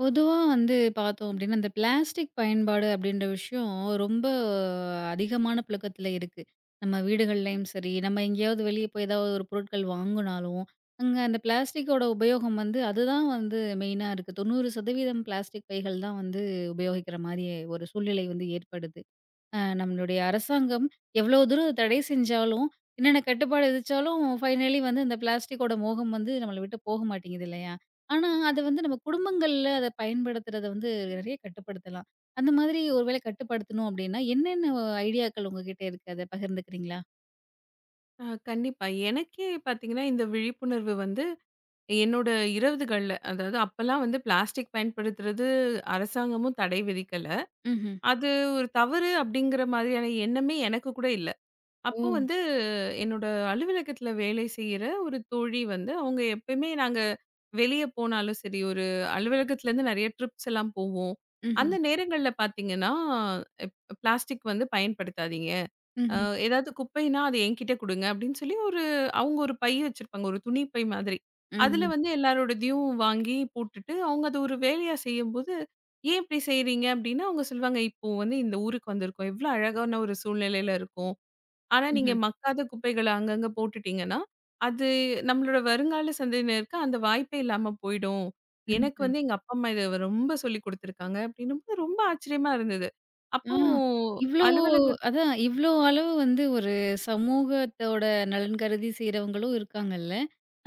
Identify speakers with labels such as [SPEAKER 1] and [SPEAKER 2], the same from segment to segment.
[SPEAKER 1] பொதுவா வந்து பார்த்தோம் அப்டின்னா, இந்த பிளாஸ்டிக் பயன்பாடு அப்டின்ற விஷயம் ரொம்ப அதிகமான புழக்கத்துல இருக்கு. நம்ம வீடுகள்லயும் சரி, நம்ம எங்கேயாவது வெளிய போய் ஏதாவது ஒரு பொருட்கள் வாங்குனாலும், அங்க அந்த பிளாஸ்டிக்கோட உபயோகம் வந்து அதுதான் வந்து மெயினா இருக்கு. 90% பிளாஸ்டிக் பைகள் தான் வந்து உபயோகிக்கிற மாரி ஒரு சூழ்நிலை வந்து ஏற்படுது. நம்மளுடைய அரசாங்கம் எவ்வளோ தூரம் தடை செஞ்சாலும், என்னென்ன கட்டுப்பாடு விதிச்சாலும், ஃபைனலி வந்து இந்த பிளாஸ்டிக்கோட மோகம் வந்து நம்மள விட்டு போக மாட்டேங்குது இல்லையா? ஆனா, அது வந்து நம்ம குடும்பங்கள்ல அத பயன்படுத்துறத வந்து நெறைய கட்டுப்படுத்தலாம். அந்த மாதிரி ஒரு வேளை கட்டுப்படுத்தணும் அப்படின்னா, என்னென்ன ஐடியாக்கள் உங்ககிட்ட இருக்கு? அத பகிர்ந்துக்கிறீங்களா?
[SPEAKER 2] ஆ, கண்டிப்பா. எனக்கே பார்த்தீங்கன்னா, இந்த விழிப்புணர்வு வந்து என்னோட 20கள்ல அதாவது அப்பலாம் வந்து பிளாஸ்டிக் பயன்படுத்துறது அரசாங்கமும் தடை விதிக்கல.
[SPEAKER 1] ம்ஹ்ம்.
[SPEAKER 2] அது ஒரு தவறு அப்படிங்கிற மாதிரியான எண்ணமே எனக்கு கூட இல்ல.
[SPEAKER 1] ஓ!
[SPEAKER 2] அப்போ வந்து என்னோட அலுவலகத்தில வேலை செய்ற ஒரு தோழி வந்து அவங்க எப்பயுமே நாங்க வெளிய போனாலும் சரி, ஒரு அலுவலகத்திலேருந்து நெறைய ட்ரிப்ஸ் எல்லாம் போவோம். அந்த
[SPEAKER 1] ம்ஹ்ம்.
[SPEAKER 2] நேரங்கள்ல பார்த்தீங்கன்னா, பிளாஸ்டிக் வந்து பயன்படுத்தாதீங்க. அ
[SPEAKER 1] ம்ஹ்ம்.
[SPEAKER 2] ஏதாவது குப்பைன்னா, "அது என்கிட்ட குடுங்க" அப்படின்னு சொல்லி ஒரு அவங்க ஒரு பை வச்சிருப்பாங்க. ஒரு துணி பை மாதிரி. அதுல
[SPEAKER 1] ம்ஹ்ம்.
[SPEAKER 2] வந்து எல்லாரோடதையும் வாங்கி போட்டுட்டு, அவங்க அத ஒரு வேலையா செய்யும்போது, "ஏன் இப்படி செய்றீங்க?" அப்படின்னா அவங்க சொல்லுவாங்க, "இப்போ வந்து இந்த ஊருக்கு வந்திருக்கோம். எவ்வளோ அழகான ஒரு சூழ்நிலையில இருக்கோம். ஆனா நீங்க
[SPEAKER 1] ம்ஹ்ம்.
[SPEAKER 2] மக்காத குப்பைகள அங்கங்க போட்டுட்டீங்கன்னா, அது நம்மளோட வருங்கால சந்ததியினருக்கு அந்த வாய்ப்பே இல்லாம போயிடும். எனக்கு
[SPEAKER 1] ம்ஹ்ம்.
[SPEAKER 2] வந்து எங்க அப்பா, அம்மா இத ரொம்ப சொல்லிக் குடுத்துருக்காங்க" அப்படின்னும்போது ரொம்ப ஆச்சரியமா இருந்தது.
[SPEAKER 1] ஆ.
[SPEAKER 2] அப்போ
[SPEAKER 1] இவ்ளோ
[SPEAKER 2] அலுவலக
[SPEAKER 1] அதான் இவ்ளோ அளவு வந்து ஒரு சமூகத்தோட நலன் கருதி செய்றவங்களும் இருக்காங்கல்ல.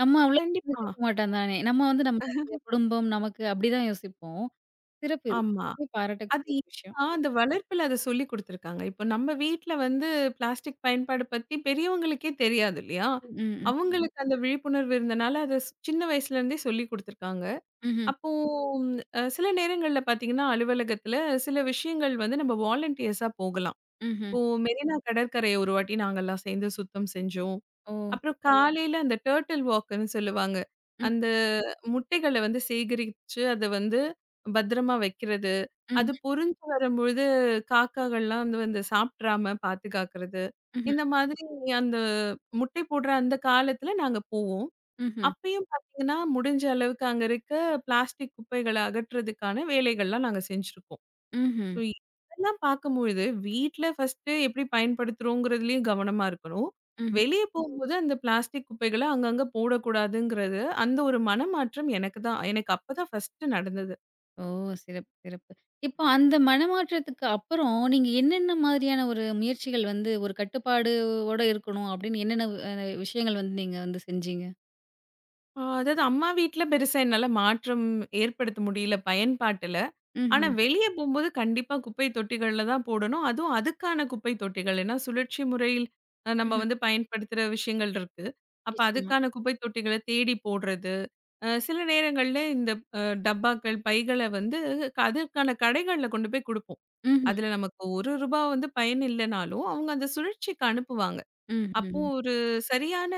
[SPEAKER 1] நம்ம அவ்ளோ
[SPEAKER 2] கண்டிப்பா.
[SPEAKER 1] யோசிக்க மாட்டோம் தானே! நம்ம வந்து நம்மளுடைய குடும்பம், நமக்கு அப்டிதான் யோசிப்போம். சிறப்பு இது.
[SPEAKER 2] ஆமா.
[SPEAKER 1] சிறப்பே
[SPEAKER 2] அது
[SPEAKER 1] பாராட்டக்கூடிய ஒரு விஷயம்.
[SPEAKER 2] ஏன்னா அந்த வளர்ப்புல அத சொல்லிக் குடுத்துருக்காங்க. இப்ப நம்ம வீட்ல வந்து பிளாஸ்டிக் பயன்பாடு பத்தி பெரியவங்களுக்கே தெரியாது இல்லையா? ம்.
[SPEAKER 1] ம். ம்.
[SPEAKER 2] அவங்களுக்கு அந்த விழிப்புணர்வு இருந்தனால, அத சின்ன வயசுலேருந்தே சொல்லிக் குடுத்துருக்காங்க.
[SPEAKER 1] ம்ஹ்ம்.
[SPEAKER 2] அப்போ சில நேரங்கள்ல பார்த்தீங்கன்னா, அலுவலகத்துல சில விஷயங்கள் வந்து நம்ம வாலண்டியர்ஸா போகலாம்.
[SPEAKER 1] ம்ஹ்ம்.
[SPEAKER 2] இப்போ மெரினா கடற்கரைய ஒரு வாட்டி நாங்கலாம் சேர்ந்து சுத்தம் செஞ்சோம்.
[SPEAKER 1] ஓ!
[SPEAKER 2] அப்புறம் ஓ! காலையில அந்த டர்ட்டில் வாக்குன்னு சொல்லுவாங்க.
[SPEAKER 1] ம்.
[SPEAKER 2] அந்த முட்டைகள வந்து சேகரிச்சு அத வந்து பத்திரமா வைக்கிறது. அது
[SPEAKER 1] ம்ஹ்ம்.
[SPEAKER 2] பொரிஞ்சு வரும்பொழுது காக்காகள்லாம் வந்து வந்து சாப்ட்றாம பாதுகாக்கிறது.
[SPEAKER 1] ம்ஹ்ம்.
[SPEAKER 2] இந்த மாதிரி அந்த முட்டை போடுற அந்த காலத்துல நாங்க போவோம்.
[SPEAKER 1] ம்ஹ்ம்.
[SPEAKER 2] அப்பயும் பாத்தீங்கன்னா, முடிஞ்ச அளவுக்கு அங்க இருக்க பிளாஸ்டிக் குப்பைகள அகற்றதுக்கான வேலைகள்லாம் நாங்க செஞ்சிருக்கோம்.
[SPEAKER 1] ம்ஹ்ம்.
[SPEAKER 2] சோ இதெல்லாம் பார்க்கும்பொழுது, வீட்ல ஃபர்ஸ்ட்டு எப்படி பயன்படுத்துறோங்கிறதுலயும் கவனமா இருக்கணும்.
[SPEAKER 1] ம்ஹ்ம்.
[SPEAKER 2] வெளிய போகும்போது அந்த பிளாஸ்டிக் குப்பைகள அங்கங்க போடக்கூடாதுங்கிறது, அந்த ஒரு மனமாற்றம் எனக்கு அப்பதான் ஃபர்ஸ்ட்டு நடந்தது.
[SPEAKER 1] ஓ! சிறப்பு, சிறப்பு. இப்போ அந்த மனமாற்றத்துக்கு அப்புறம் நீங்க என்னென்ன மாதிரியான ஒரு முயற்சிகள் வந்து ஒரு கட்டுப்பாடு ஓட இருக்கணும் அப்டின்னு என்னென்ன விஷயங்கள் வந்து நீங்க வந்து செஞ்சீங்க?
[SPEAKER 2] அதாவது அம்மா வீட்ல பெருசா என்னால மாற்றம் ஏற்படுத்த முடியல பயன்பாட்டுல. ஆனா,
[SPEAKER 1] ம்ஹ்ம்.
[SPEAKER 2] வெளிய போம்போது கண்டிப்பா குப்பை தொட்டிகள்ல தான் போடணும். அதுவும் அதுக்கான குப்பை தொட்டிகள். ஏன்னா, சுழற்சி முறையில் நம்ம
[SPEAKER 1] ம்ஹ்ம்.
[SPEAKER 2] வந்து பயன்படுத்துற விஷயங்கள் இருக்கு. அப்ப
[SPEAKER 1] நிச்சயமா.
[SPEAKER 2] அதுக்கான குப்பை தொட்டிகள தேடி போடுறது. சில நேரங்கள்ல இந்த அ டப்பாக்கள், பைகள வந்து அதற்கான கடைகள்ல கொண்டு போய் குடுப்போம்.
[SPEAKER 1] ம்ஹ்ம்.
[SPEAKER 2] அதுல நமக்கு ரூ. 1 வந்து பயன் இல்லனாலும், அவங்க அந்த சுழற்சிக்கு அனுப்புவாங்க. அப்போ
[SPEAKER 1] ம்ஹ்ம்.
[SPEAKER 2] ஒரு சரியான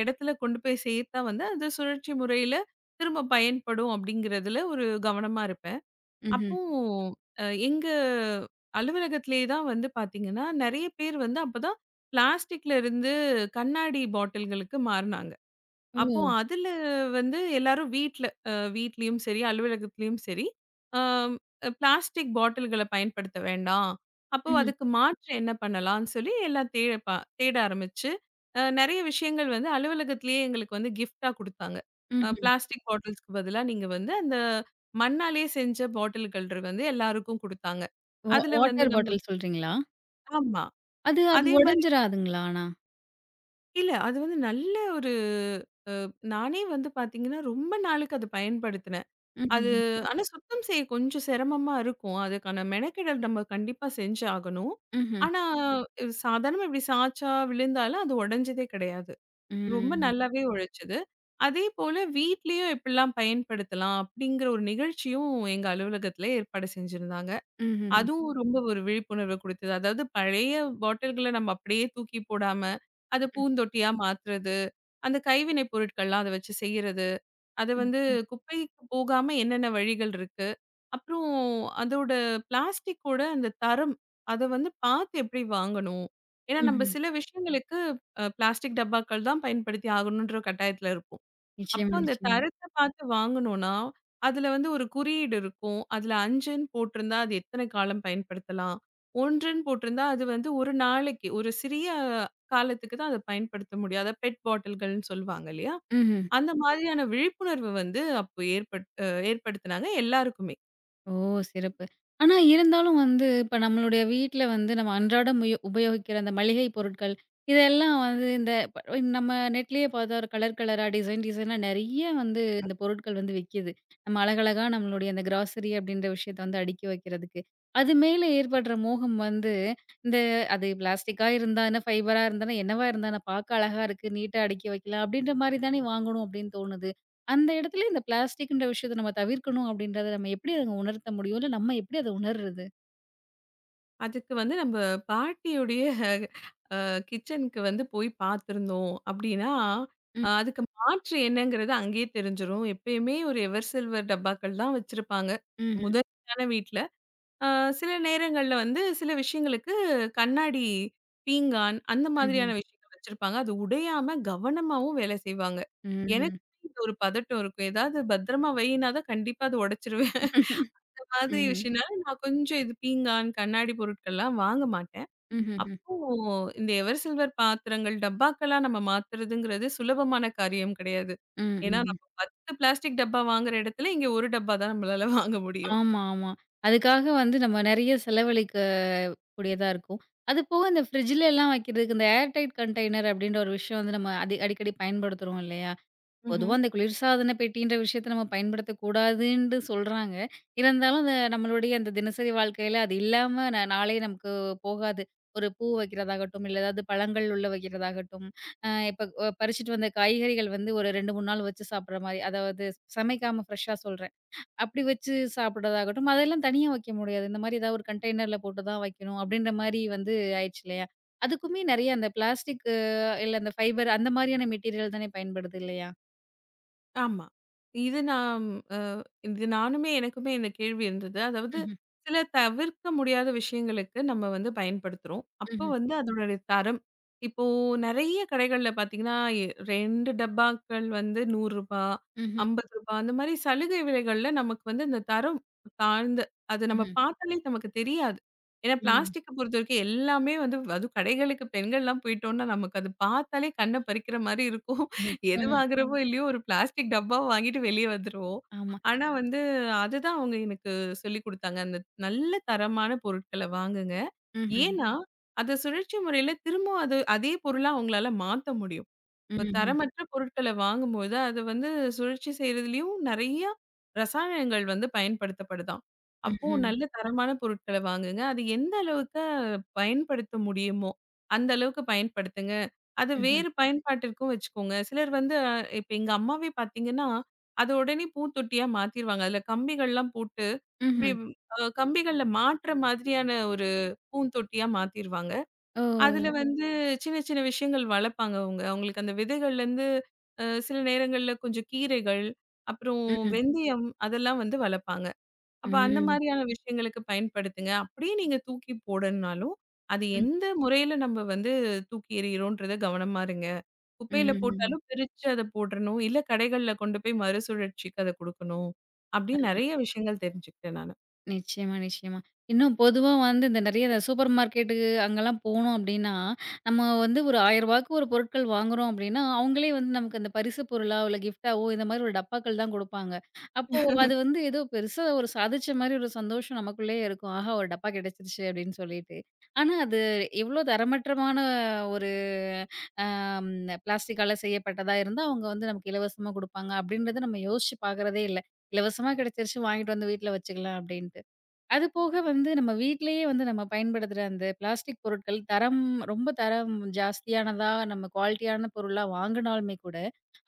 [SPEAKER 2] இடத்துல கொண்டு போய் சேர்த்தா வந்து, அது சுழற்சி முறையில திரும்ப பயன்படும் அப்படிங்கிறதுல ஒரு கவனமா இருப்பேன்.
[SPEAKER 1] ம்ஹ்ம்.
[SPEAKER 2] அப்போ எங்க அலுவலகத்திலேயே தான் வந்து பார்த்தீங்கன்னா, நெறைய பேர் வந்து அப்பதான் பிளாஸ்டிக்ல இருந்து கண்ணாடி பாட்டில்களுக்கு மாறுனாங்க.
[SPEAKER 1] ஓ!
[SPEAKER 2] அப்போ அதுல வந்து எல்லாரும் வீட்ல வீட்லயும் சரி, அலுவலகத்திலயும் சரி, அம் பிளாஸ்டிக் பாட்டில்கள பயன்படுத்த வேண்டாம். அப்போ
[SPEAKER 1] ம்ஹ்ம்.
[SPEAKER 2] அதுக்கு மாற்று என்ன பண்ணலாம்ன்னு சொல்லி எல்லாம் தேட ஆரம்பிச்சு, நெறைய விஷயங்கள் வந்து அலுவலகத்திலேயே எங்களுக்கு வந்து கிஃப்ட்டா குடுத்தாங்க.
[SPEAKER 1] ம்ஹ்ம்.
[SPEAKER 2] பிளாஸ்டிக் பாட்டில்ஸ்க்கு பதிலா நீங்க வந்து அந்த மண்ணாலேயே செஞ்ச பாட்டில்கள் வந்து எல்லாருக்கும் குடுத்தாங்க. அதுல வந்து
[SPEAKER 1] வாட்டர்
[SPEAKER 2] நம்ம
[SPEAKER 1] பாட்டில் சொல்றீங்களா?
[SPEAKER 2] ஆமா.
[SPEAKER 1] அது அது
[SPEAKER 2] அதே மாரி
[SPEAKER 1] உடைஞ்சிராதுங்களா ஆனா?
[SPEAKER 2] இல்ல அது வந்து நல்ல ஒரு நானே வந்து பார்த்தீங்கன்னா, ரொம்ப நாளுக்கு அத பயன்படுத்தினேன். அது
[SPEAKER 1] ம்ஹ்ம்.
[SPEAKER 2] ஆனா சுத்தம் செய்ய கொஞ்சம் சிரமமா இருக்கும். அதுக்கான மெனக்கெடல் நம்ம கண்டிப்பா செஞ்சு ஆகணும்.
[SPEAKER 1] ம்ஹ்ம்.
[SPEAKER 2] ஆனா இது சாதாரணமா இப்படி சாய்ச்சா, விழுந்தாலும் அது உடைஞ்சதே கிடையாது. ரொம்ப
[SPEAKER 1] ம்.
[SPEAKER 2] நல்லாவே உழைச்சது. அதேபோல வீட்லயும் எப்படிலாம் பயன்படுத்தலாம் அப்படிங்கிற ஒரு நிகழ்ச்சியும் எங்க அலுவலகத்தில ஏற்பாடு செஞ்சிருந்தாங்க.
[SPEAKER 1] ம்ஹ்ம்.
[SPEAKER 2] அதுவும் ரொம்ப ஒரு விழிப்புணர்வு குடுத்தது. அதாவது பழைய பாட்டில்கள நம்ம அப்படியே தூக்கி போடாம, அத
[SPEAKER 1] ம்.
[SPEAKER 2] பூந்தொட்டியா மாத்துறது, அந்த கைவினை பொருட்கள்லாம் அத வச்சு செய்யறது, அத
[SPEAKER 1] ம்.
[SPEAKER 2] வந்து
[SPEAKER 1] ம்.
[SPEAKER 2] குப்பைக்கு போகாம என்னென்ன வழிகள் இருக்கு? அப்புறம் அதோட பிளாஸ்டிக்கோட அந்த தரம், அத வந்து பார்த்து எப்படி வாங்கணும்? ஏன்னா, நம்ம
[SPEAKER 1] ம்ஹ்ம்.
[SPEAKER 2] சில விஷயங்களுக்கு பிளாஸ்டிக் டப்பாக்கள் தான் பயன்படுத்தி ஆகணுன்ற கட்டாயத்துல இருப்போம். அப்போ
[SPEAKER 1] நிச்சயமா,
[SPEAKER 2] அந்த
[SPEAKER 1] நிச்சயமா.
[SPEAKER 2] தரத்த பார்த்து வாங்கணும்னா, அதுல வந்து ஒரு குறியீடு இருக்கும். அதுல 5ன்னு போட்டிருந்தா, அது எத்தன காலம் பயன்படுத்தலாம். 1ன்னு போட்டிருந்தா, அது வந்து 1 நாளைக்கு, ஒரு சிறிய காலத்துக்கு தான் அத பயன்படுத்த முடியும். அத பெட் பாட்டில்கள்னு சொல்லுவாங்க இல்லையா?
[SPEAKER 1] ம்ஹ்ம்.
[SPEAKER 2] அந்த மாதிரியான விழிப்புணர்வு வந்து அப்போ ஏற்பட் அ ஏற்படுத்துனாங்க எல்லாருக்குமே.
[SPEAKER 1] ஓ! சிறப்பு. ஆனா இருந்தாலும் வந்து, இப்ப நம்மளுடைய வீட்ல வந்து நம்ம அன்றாடம் உபயோகிக்கிற அந்த மளிகை பொருட்கள், இதெல்லாம் வந்து இந்த ப நம்ம நெட்லயே பார்த்தா ஒரு கலர் கலரா, டிசைன் டிசைனா நெறைய வந்து இந்த பொருட்கள் வந்து விக்கிது. நம்ம அழகழகா நம்மளுடைய அந்த கிராசரி அப்படின்ற விஷயத்த வந்து அடுக்கி வைக்கிறதுக்கு. அது மேல ஏற்படுற மோகம் வந்து, இந்த அது பிளாஸ்டிக்கா இருந்தா என்ன, ஃபைபரா இருந்தா என்ன, என்னவா இருந்தா என்ன, பார்க்க அழகா இருக்கு, நீட்டா அடுக்கி வைக்கலாம் அப்படின்ற மாரி தானே வாங்கணும் அப்படின்னு தோணுது. அந்த இடத்துல இந்த பிளாஸ்டிக்ன்ற விஷயத்த நம்ம தவிர்க்கணும் அப்படின்றத நம்ம எப்படி அத உணர்த்த முடியும்? இல்ல நம்ம எப்படி அத உணர்றது?
[SPEAKER 2] அதுக்கு வந்து நம்ப பாட்டியுடைய கிச்சனுக்கு வந்து போய் பார்த்துருந்தோம் அப்படின்னா,
[SPEAKER 1] ம்.
[SPEAKER 2] அதுக்கு மாற்று என்னங்கிறது அங்கேயே தெரிஞ்சிரும். எப்பயுமே ஒரு எவர் சில்வர் டப்பாக்கள் தான் வச்சிருப்பாங்க.
[SPEAKER 1] ம்ஹ்ம்.
[SPEAKER 2] முதன்மையான வீட்ல. அ சில நேரங்கள்ல வந்து சில விஷயங்களுக்கு கண்ணாடி பீங்கான் அந்த
[SPEAKER 1] ம்ஹ்ம்.
[SPEAKER 2] மாதிரியான விஷயங்கள் வச்சிருப்பாங்க. அது உடையாம கவனமாவும் வேலை செய்வாங்க. எனக்கு
[SPEAKER 1] ம்.
[SPEAKER 2] இது ஒரு பதட்டம் இருக்கும். ஏதாவது பத்திரமா வையினா தான் கண்டிப்பா அத உடைச்சிருவேன். மாதிரி
[SPEAKER 1] ம்ஹ்ம்.
[SPEAKER 2] விஷயம்னால நான் கொஞ்சம் இது பீங்கான், கண்ணாடி பொருட்கள்லாம் வாங்க மாட்டேன்.
[SPEAKER 1] ம்ஹ்ஹ்ம்.
[SPEAKER 2] அப்போ இந்த எவர் சில்வர் பாத்திரங்கள், டப்பாக்கள்லாம் நம்ம மாத்துறதுங்கிறது சுலபமான காரியம் கிடையாது.
[SPEAKER 1] ம்.
[SPEAKER 2] ஏன்னா,
[SPEAKER 1] ம்.
[SPEAKER 2] நம்ம 10 பிளாஸ்டிக் டப்பா வாங்குற இடத்துல, இங்க 1 டப்பா தான் நம்மளால வாங்க முடியும்.
[SPEAKER 1] ஆமா, ஆமா. அதுக்காக வந்து நம்ம நெறைய செலவழிக்க கூடியதா இருக்கும். அதுபோக இந்த ஃப்ரிட்ஜ்ல எல்லாம் வைக்கிறதுக்கு இந்த ஏர் டைட் கண்டெய்னர் அப்படின்ற ஒரு விஷயம் வந்து நம்ம அடிக்கடி பயன்படுத்துறோம் இல்லையா? பொதுவா அந்த குளிர்சாதன பெட்டின்ற விஷயத்த நம்ம பயன்படுத்தக்கூடாதுன்ட்டு சொல்றாங்க. இருந்தாலும் அத நம்மளுடைய அந்த தினசரி வாழ்க்கையில அது இல்லாம நாளே நமக்கு போகாது. ஒரு பூ வைக்கிறதாகட்டும், இல்ல ஏதாவது பழங்கள் உள்ள வைக்கிறதாகட்டும், இப்ப பறிச்சுட்டு வந்த காய்கறிகள் வந்து ஒரு 2, 3 நாள் வச்சு சாப்பிடுற மாரி, அதாவது சமைக்காம ஃப்ரெஷ்ஷா சொல்றேன். அப்படி வச்சு சாப்பிடுறதாகட்டும், அதெல்லாம் தனியா வைக்க முடியாது. இந்த மாரி ஏதாவது ஒரு கண்டெய்னர்ல போட்டு தான் வைக்கணும் அப்படின்ற மாரி வந்து ஆயிடுச்சு இல்லையா? அதுக்குமே நெறைய அந்த பிளாஸ்டிக் இல்ல அந்த ஃபைபர் அந்த மாரியான மெட்டீரியல் தானே பயன்படுது இல்லையா?
[SPEAKER 2] ஆமா. இது நான் அ இது நானுமே எனக்குமே இந்த கேள்வி இருந்தது. அதாவது சில தவிர்க்க முடியாத விஷயங்களுக்கு நம்ம வந்து பயன்படுத்துறோம். அப்போ
[SPEAKER 1] ம்ஹ்ம்.
[SPEAKER 2] வந்து அதனுடைய தரம். இப்போ நெறைய கடைகள்ல பார்த்தீங்கன்னா, எ 2 டப்பாக்கள் வந்து ரூ. 100 ரூ.
[SPEAKER 1] ம்ஹ்ம்.
[SPEAKER 2] 50 அந்த மாரி சலுகை விலைகள்ல நமக்கு வந்து இந்த தரம் தாழ்ந்த அது நம்ம
[SPEAKER 1] ம்ஹ்ம்.
[SPEAKER 2] பார்த்தாலே நமக்கு தெரியாது. ஏன்னா
[SPEAKER 1] ம்.
[SPEAKER 2] பிளாஸ்டிக்க பொறுத்தவரைக்கும் எல்லாமே வந்து அதுவும் கடைகளுக்கு பெண்கள்லாம் போயிட்டோம்னா, நமக்கு அது பார்த்தாலே கண்ண பறிக்கிற மாரி இருக்கும். எது
[SPEAKER 1] நிச்சயமா.
[SPEAKER 2] வாங்குறோமோ இல்லையோ ஒரு பிளாஸ்டிக் டப்பா வாங்கிட்டு வெளிய வந்துருவோம்.
[SPEAKER 1] ஆமா.
[SPEAKER 2] ஆனா வந்து அதுதான் அவங்க எனக்கு சொல்லிக் குடுத்தாங்க. அந்த நல்ல தரமான பொருட்கள வாங்குங்க.
[SPEAKER 1] ம்ஹ்ம்.
[SPEAKER 2] ஏன்னா, ம். அத சுழற்சி முறையில திரும்பவும் அது அதே பொருளா அவங்களால மாத்த முடியும். இப்ப
[SPEAKER 1] ம்ஹ்ம்.
[SPEAKER 2] தரமற்ற பொருட்கள வாங்கும்போது, அத வந்து சுழற்சி செய்றதுலயும் நெறைய ரசாயனங்கள் வந்து பயன்படுத்தப்படுதாம். அப்போ
[SPEAKER 1] ம்ஹ்ம்.
[SPEAKER 2] நல்ல தரமான பொருட்கள வாங்குங்க. அது எந்த அளவுக்கு பயன்படுத்த முடியுமோ, அந்த அளவுக்கு பயன்படுத்துங்க. அது
[SPEAKER 1] ம்ஹ்ம்.
[SPEAKER 2] வேறு பயன்பாட்டிற்கும் வச்சுக்கோங்க. சிலர் வந்து இப்ப எங்க அம்மாவே பார்த்தீங்கன்னா, அத உடனே பூத்தொட்டியா மாத்திருவாங்க. அதுல கம்பிகள்லாம் போட்டு, இப்டி
[SPEAKER 1] ம்ஹ்ம்.
[SPEAKER 2] கம்பிகள்ல மாட்ற மாதிரியான ஒரு பூந்தொட்டியா மாத்திருவாங்க.
[SPEAKER 1] ஓ!
[SPEAKER 2] அதுல வந்து சின்ன சின்ன விஷயங்கள் வளர்ப்பாங்க அவங்க. அவங்களுக்கு அந்த விதைகள்லேருந்து சில நேரங்கள்ல கொஞ்சம் கீரைகள், அப்புறம்
[SPEAKER 1] ம்ஹ்ம்.
[SPEAKER 2] வெந்தயம் அதெல்லாம் வந்து வளர்ப்பாங்க. அப்ப அந்த
[SPEAKER 1] ம்.
[SPEAKER 2] மாரியான விஷயங்களுக்கு பயன்படுத்துங்க. அப்படியே நீங்க தூக்கி போடணும்னாலும், அது
[SPEAKER 1] ம்.
[SPEAKER 2] எந்த முறையில நம்ம வந்து தூக்கி எறிகிறோன்றத கவனமா இருங்க. குப்பையில
[SPEAKER 1] ம்.
[SPEAKER 2] போட்டாலும் பிரிச்சு அத போடணும். இல்ல கடைகள்ல கொண்டு போய் மறுசுழற்சிக்கு அத குடுக்கணும். அப்படின்னு நெறைய விஷயங்கள் தெரிஞ்சுக்கிட்டேன் நானு.
[SPEAKER 1] நிச்சயமா, நிச்சயமா. இன்னும் பொதுவா வந்து இந்த நெறைய இந்த சூப்பர் மார்க்கெட்டுக்கு அங்கலாம் போனோம் அப்டின்னா, நம்ம வந்து ஒரு ரூ. 1000க்கு ஒரு பொருட்கள் வாங்குறோம் அப்டின்னா, அவங்களே வந்து நமக்கு அந்த பரிசு பொருளா, இல்ல கிஃப்ட்டாவோ இந்த மாரி ஒரு டப்பாக்கள் தான் குடுப்பாங்க. அப்போ அது வந்து ஏதோ பெருசா ஒரு சாதிச்ச மாரி ஒரு சந்தோஷம் நமக்குள்ளயே இருக்கும். ஆஹா! ஒரு டப்பா கிடைச்சிருச்சு அப்டின்னு சொல்லிட்டு. ஆனா அது எவ்ளோ தரமற்றமான ஒரு அம் பிளாஸ்டிக்கால செய்யப்பட்டதா இருந்தா, அவங்க வந்து நமக்கு இலவசமா குடுப்பாங்க அப்டின்றத நம்ம யோசிச்சு பார்க்குறதே இல்ல. இலவசமா கிடைச்சிருச்சு வாங்கிட்டு வந்து வீட்ல வச்சுக்கலாம் அப்டின்ட்டு. அது போக வந்து நம்ம வீட்டிலேயே வந்து நம்ம பயன்படுத்துற அந்த பிளாஸ்டிக் பொருட்கள் தரம் ரொம்ப தரம் ஜாஸ்தியானதா நம்ம குவாலிட்டியான பொருளா வாங்கினாலுமே கூட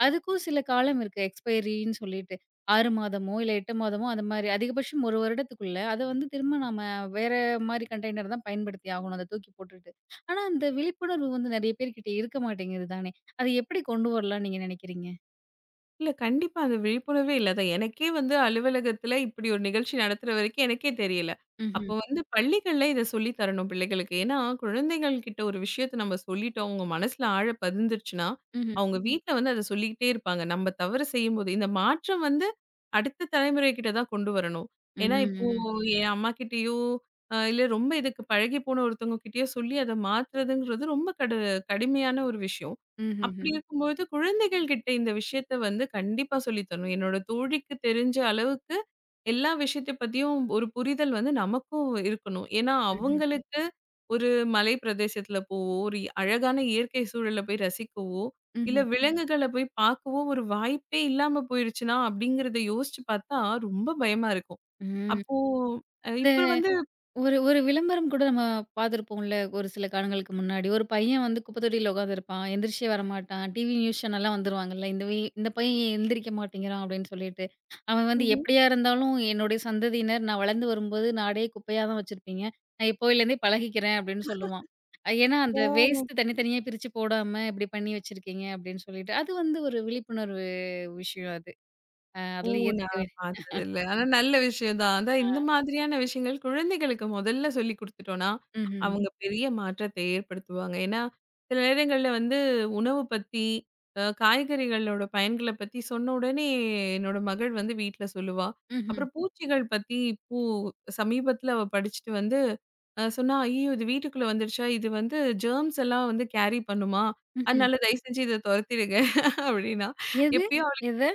[SPEAKER 1] அதுக்கும் சில காலம் இருக்கு எக்ஸ்பைரின்னு சொல்லிட்டு ஆறு மாதமோ இல்லை எட்டு மாதமோ அந்த மாதிரி அதிகபட்சம் ஒரு வருடத்துக்குள்ள அதை வந்து திரும்ப நாம வேற மாதிரி கண்டெய்னர் தான் பயன்படுத்தி ஆகணும் அதை தூக்கி போட்டுட்டு. ஆனா அந்த விழிப்புணர்வு வந்து நிறைய பேர்கிட்ட இருக்க மாட்டேங்குது தானே. அதை எப்படி கொண்டு வரலாம் நீங்க நினைக்கிறீங்க?
[SPEAKER 2] இல்ல கண்டிப்பா அந்த விழிப்புணர்வே இல்ல. அதான் எனக்கே வந்து அலுவலகத்துல இப்டி ஒரு நிகழ்ச்சி நடத்துற வரைக்கும் எனக்கே தெரியல.
[SPEAKER 1] ம்ஹும்,
[SPEAKER 2] அப்போ வந்து பள்ளிகள்ல இத சொல்லி தரணும் பிள்ளைகளுக்கு. ஏன்னா, குழந்தைகள் கிட்ட ஒரு விஷயத்த நம்ம சொல்லிட்டோம், அவங்க மனசுல ஆழ பதிந்துருச்சுன்னா,
[SPEAKER 1] ம்ஹும்,
[SPEAKER 2] அவங்க வீட்ல வந்து அத சொல்லிக்கிட்டே இருப்பாங்க. நம்ம தவறு செய்யும்போது இந்த மாற்றம் வந்து அடுத்த தலைமுறை கிட்ட தான் கொண்டு வரணும். ஏன்னா, இப்போ
[SPEAKER 1] ம்ஹும்,
[SPEAKER 2] என் அம்மாகிட்டயோ, இல்ல ரொம்ப இதுக்கு பழகி போன ஒருத்தவங்க கிட்டயோ சொல்லி அத மாத்துறதுங்கிறது ரொம்ப கடுமையான ஒரு விஷயம்.
[SPEAKER 1] ம்ஹும்,
[SPEAKER 2] அப்படி
[SPEAKER 1] ம்ஹும்,
[SPEAKER 2] இருக்கும்போது குழந்தைகள் கிட்ட இந்த விஷயத்த வந்து கண்டிப்பா சொல்லி தரணும். என்னோட தோழிக்கு தெரிஞ்ச அளவுக்கு எல்லா விஷயத்த பத்தியும் ஒரு புரிதல் வந்து நமக்கும் இருக்கணும். ஏன்னா
[SPEAKER 1] ம்ஹும்,
[SPEAKER 2] அவங்களுக்கு ஒரு மலை பிரதேசத்துல போவோ, ஒரு அழகான இயற்கை சூழல்ல போய் ரசிக்கவோ,
[SPEAKER 1] ம்ஹும்,
[SPEAKER 2] இல்ல
[SPEAKER 1] ம்ஹும்.
[SPEAKER 2] ம். விலங்குகள போய் பார்க்கவோ ஒரு வாய்ப்பே இல்லாம போயிருச்சுனா அப்படிங்கிறத யோசிச்சு பார்த்தா ரொம்ப பயமா இருக்கும்.
[SPEAKER 1] இந்த
[SPEAKER 2] அப்போ இப்ப வந்து.
[SPEAKER 1] ஒரு ஒரு விளம்பரம் கூட நம்ம பார்த்துருப்போம்ல, ஒரு சில காலங்களுக்கு முன்னாடி. ஒரு பையன் வந்து குப்பை தொட்டியில உட்காந்துருப்பான். எந்திரிச்சே வரமாட்டான். டிவி நியூஸ் சேனல்லாம் வந்துருவாங்கல்ல. இந்த பையன் ஏன் எந்திரிக்க மாட்டேங்கிறான் அப்படின்னு சொல்லிட்டு. அவன் வந்து
[SPEAKER 2] ம்ஹ்ம்.
[SPEAKER 1] எப்படியா இருந்தாலும் என்னுடைய சந்ததியினர் நான் வளர்ந்து வரும்போது நாடே குப்பையா தான் வச்சிருப்பீங்க. நான் இப்போலேருந்தே பழகிக்கிறேன் அப்படின்னு சொல்லுவான். ஏன்னா அந்த
[SPEAKER 2] ஓ!
[SPEAKER 1] வேஸ்ட் தனித்தனியா பிரிச்சு போடாம இப்படி பண்ணி வச்சிருக்கீங்க அப்படின்னு சொல்லிட்டு. அது வந்து ஒரு விழிப்புணர்வு விஷயம் அது.
[SPEAKER 2] ஓ!
[SPEAKER 1] அதில
[SPEAKER 2] நான்
[SPEAKER 1] ஏத்துக்கவே
[SPEAKER 2] பார்த்ததில்ல. ஆனா நல்ல விஷயம் தான். அதான்
[SPEAKER 1] ஆ.
[SPEAKER 2] இந்த மாதிரியான விஷயங்கள் குழந்தைகளுக்கு முதல்ல சொல்லிக் குடுத்துட்டோம்னா,
[SPEAKER 1] ம்ஹ்ம்.
[SPEAKER 2] அவங்க பெரிய மாற்றத்தை ஏற்படுத்துவாங்க. ஏன்னா, சில நேரங்கள்ல வந்து உணவு பத்தி, காய்கறிகளோட பயன்கள பத்தி சொன்ன உடனே என்னோட மகள் வந்து வீட்ல சொல்லுவா.
[SPEAKER 1] ம்ஹ்ம்.
[SPEAKER 2] அப்புறம் பூச்சிகள் பத்தி பூ சமீபத்தில அவ படிச்சுட்டு வந்து சொன்னா, "ஐயோ! இது வீட்டுக்குள்ள வந்துருச்சா? இது வந்து ஜெர்ம்ஸ் எல்லாம் வந்து கேரி பண்ணுமா?
[SPEAKER 1] ம்ஹ்ம்.
[SPEAKER 2] அதனால தயவு செஞ்சு இத தொரத்திடுங்க" அப்படின்னா.
[SPEAKER 1] எது?
[SPEAKER 2] எப்பயோ
[SPEAKER 1] எத?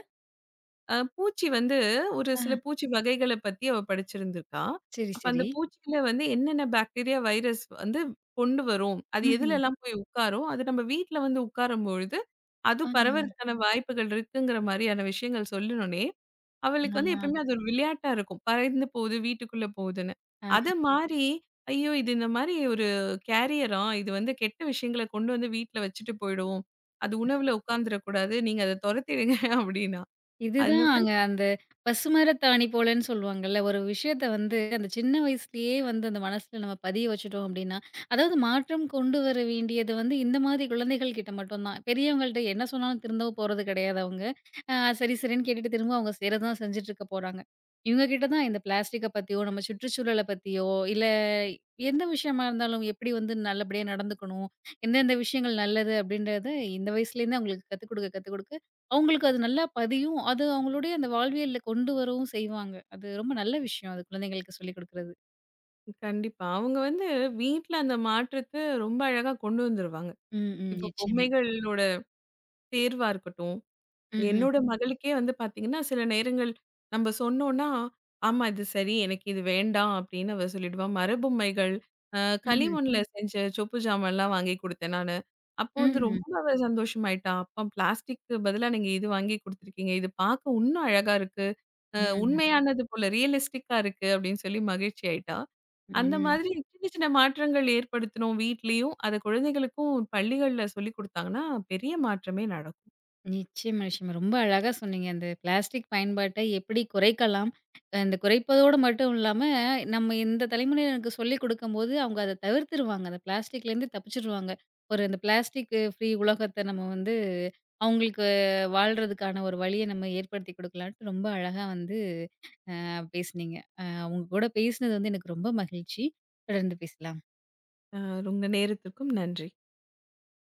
[SPEAKER 2] பூச்சி வந்து ஒரு சில பூச்சி வகைகள பத்தி அவ படிச்சிருந்திருக்கா.
[SPEAKER 1] சரி,
[SPEAKER 2] அப்ப அந்த
[SPEAKER 1] சரி.
[SPEAKER 2] பூச்சியில வந்து என்னென்ன பாக்டீரியா, வைரஸ் வந்து கொண்டு வரும். அது
[SPEAKER 1] ம்ஹ்ம்.
[SPEAKER 2] எதுலலாம் போய் உட்காரும். அது நம்ம வீட்ல வந்து உட்காரும்பொழுது, அது
[SPEAKER 1] ஆஹ.
[SPEAKER 2] பரவறதுக்கான வாய்ப்புகள் இருக்குங்கிற மாரியான விஷயங்கள் சொல்லுனோனே, அவளுக்கு வந்து எப்பயுமே அது ஒரு விளையாட்டா இருக்கும். பறந்து போகுது, வீட்டுக்குள்ள போகுதுன்னு.
[SPEAKER 1] ஆ.
[SPEAKER 2] அது மாரி, ஐயோ! இது இந்த மாரி ஒரு கேரியரா, இது வந்து கெட்ட விஷயங்கள கொண்டு வந்து வீட்ல வச்சுட்டு போயிடும். அது உணவுல உட்கார்ந்துடக்கூடாது. நீங்க அத தொரத்திடுங்க அப்டின்னா. அந்த
[SPEAKER 1] இதுதான்
[SPEAKER 2] மாரி
[SPEAKER 1] அங்க அந்த பசுமரத்தாணி போலன்னு சொல்லுவாங்கல்ல. ஒரு விஷயத்த வந்து அந்த சின்ன வயசுலயே வந்து அந்த மனசுல நம்ம பதிய வச்சுட்டோம் அப்டின்னா, அதாவது மாற்றம் கொண்டு வர வேண்டியது வந்து இந்த மாதிரி குழந்தைகள் கிட்ட மட்டும் தான். பெரியவங்கள்ட்ட என்ன சொன்னாலும் திருந்தவும் போறது கிடையாது அவங்க. அ சரி சரின்னு கேட்டுட்டு திரும்ப அவங்க செய்றத தான் செஞ்சுட்டு இருக்க போறாங்க. இவங்க கிட்ட தான் இந்த பிளாஸ்டிக்க பத்தியோ, நம்ம சுற்றுச்சூழல பத்தியோ, இல்ல எந்த விஷயமா இருந்தாலும் எப்படி வந்து நல்லபடியா நடந்துக்கணும், எந்தெந்த விஷயங்கள் நல்லது அப்டின்றத இந்த வயசுலேருந்தே அவங்களுக்கு கத்துக் குடுக்க கத்துக் குடுக்க அவங்களுக்கு அது நல்லா பதியும். அது அவங்களுடைய அந்த வாழ்வியல்ல கொண்டு வரவும் செய்வாங்க. அது ரொம்ப நல்ல விஷயம் அது குழந்தைங்களுக்கு சொல்லிக் குடுக்குறது.
[SPEAKER 2] கண்டிப்பா. அவங்க வந்து வீட்ல அந்த மாற்றத்த ரொம்ப அழகா கொண்டு வந்துருவாங்க.
[SPEAKER 1] ம், ம்.
[SPEAKER 2] இப்போ
[SPEAKER 1] நிச்சயமா.
[SPEAKER 2] பொம்மைகளோட தேர்வா இருக்கட்டும்,
[SPEAKER 1] ம்ஹ்ம்.
[SPEAKER 2] என்னோட மகளுக்கே வந்து பார்த்தீங்கன்னா, சில நேரங்கள் நம்ப சொன்னோம்னா, "ஆமா இது சரி, எனக்கு இது வேண்டாம்" அப்படின்னு அவ சொல்லிடுவா. மரபொம்மைகள், அ
[SPEAKER 1] ம்ஹ்ம்.
[SPEAKER 2] களிமண்ல செஞ்ச சொப்பு ஜாமான்லாம் வாங்கி குடுத்தேன் நானு. அப்போ வந்து
[SPEAKER 1] ம்ஹ்ம்.
[SPEAKER 2] ரொம்ப அவ சந்தோஷமாயிட்டா. "அப்பா பிளாஸ்டிக்கு பதிலா நீங்க இது வாங்கி குடுத்துருக்கீங்க. இது பார்க்க உன்னும் அழகா இருக்கு.
[SPEAKER 1] ம்ஹ்ம்.
[SPEAKER 2] உண்மையானது போல ரியலிஸ்டிக்கா இருக்கு" அப்படின்னு சொல்லி மகிழ்ச்சி ஆயிட்டா. அந்த
[SPEAKER 1] ம்.
[SPEAKER 2] மாதிரி சின்ன சின்ன மாற்றங்கள் ஏற்படுத்தினோம் வீட்லயும். அத குழந்தைகளுக்கும் பள்ளிகள்ல சொல்லிக் குடுத்தாங்கன்னா, பெரிய மாற்றமே நடக்கும்.
[SPEAKER 1] நிச்சயமா, நிச்சயமா. ரொம்ப அழகா சொன்னீங்க. அந்த பிளாஸ்டிக் பயன்பாட்டை எப்படி குறைக்கலாம்? அந்த குறைப்பதோடு மட்டும் இல்லாம, நம்ம இந்த தலைமுறையினருக்கு சொல்லிக் குடுக்கும்போது, அவங்க அத தவிர்த்துருவாங்க. அந்த பிளாஸ்டிக்லேருந்து தப்பிச்சுருவாங்க. ஒரு அந்த பிளாஸ்டிக் ஃப்ரீ உலகத்த நம்ம வந்து, அவங்களுக்கு வாழ்றதுக்கான ஒரு வழிய நம்ம ஏற்படுத்தி குடுக்கலான்ட்டு ரொம்ப அழகா வந்து பேசுனீங்க. அ உங்க கூட பேசினது வந்து எனக்கு ரொம்ப மகிழ்ச்சி. தொடர்ந்து பேசலாம்.
[SPEAKER 2] அ உங்க நேரத்திற்கும் நன்றி.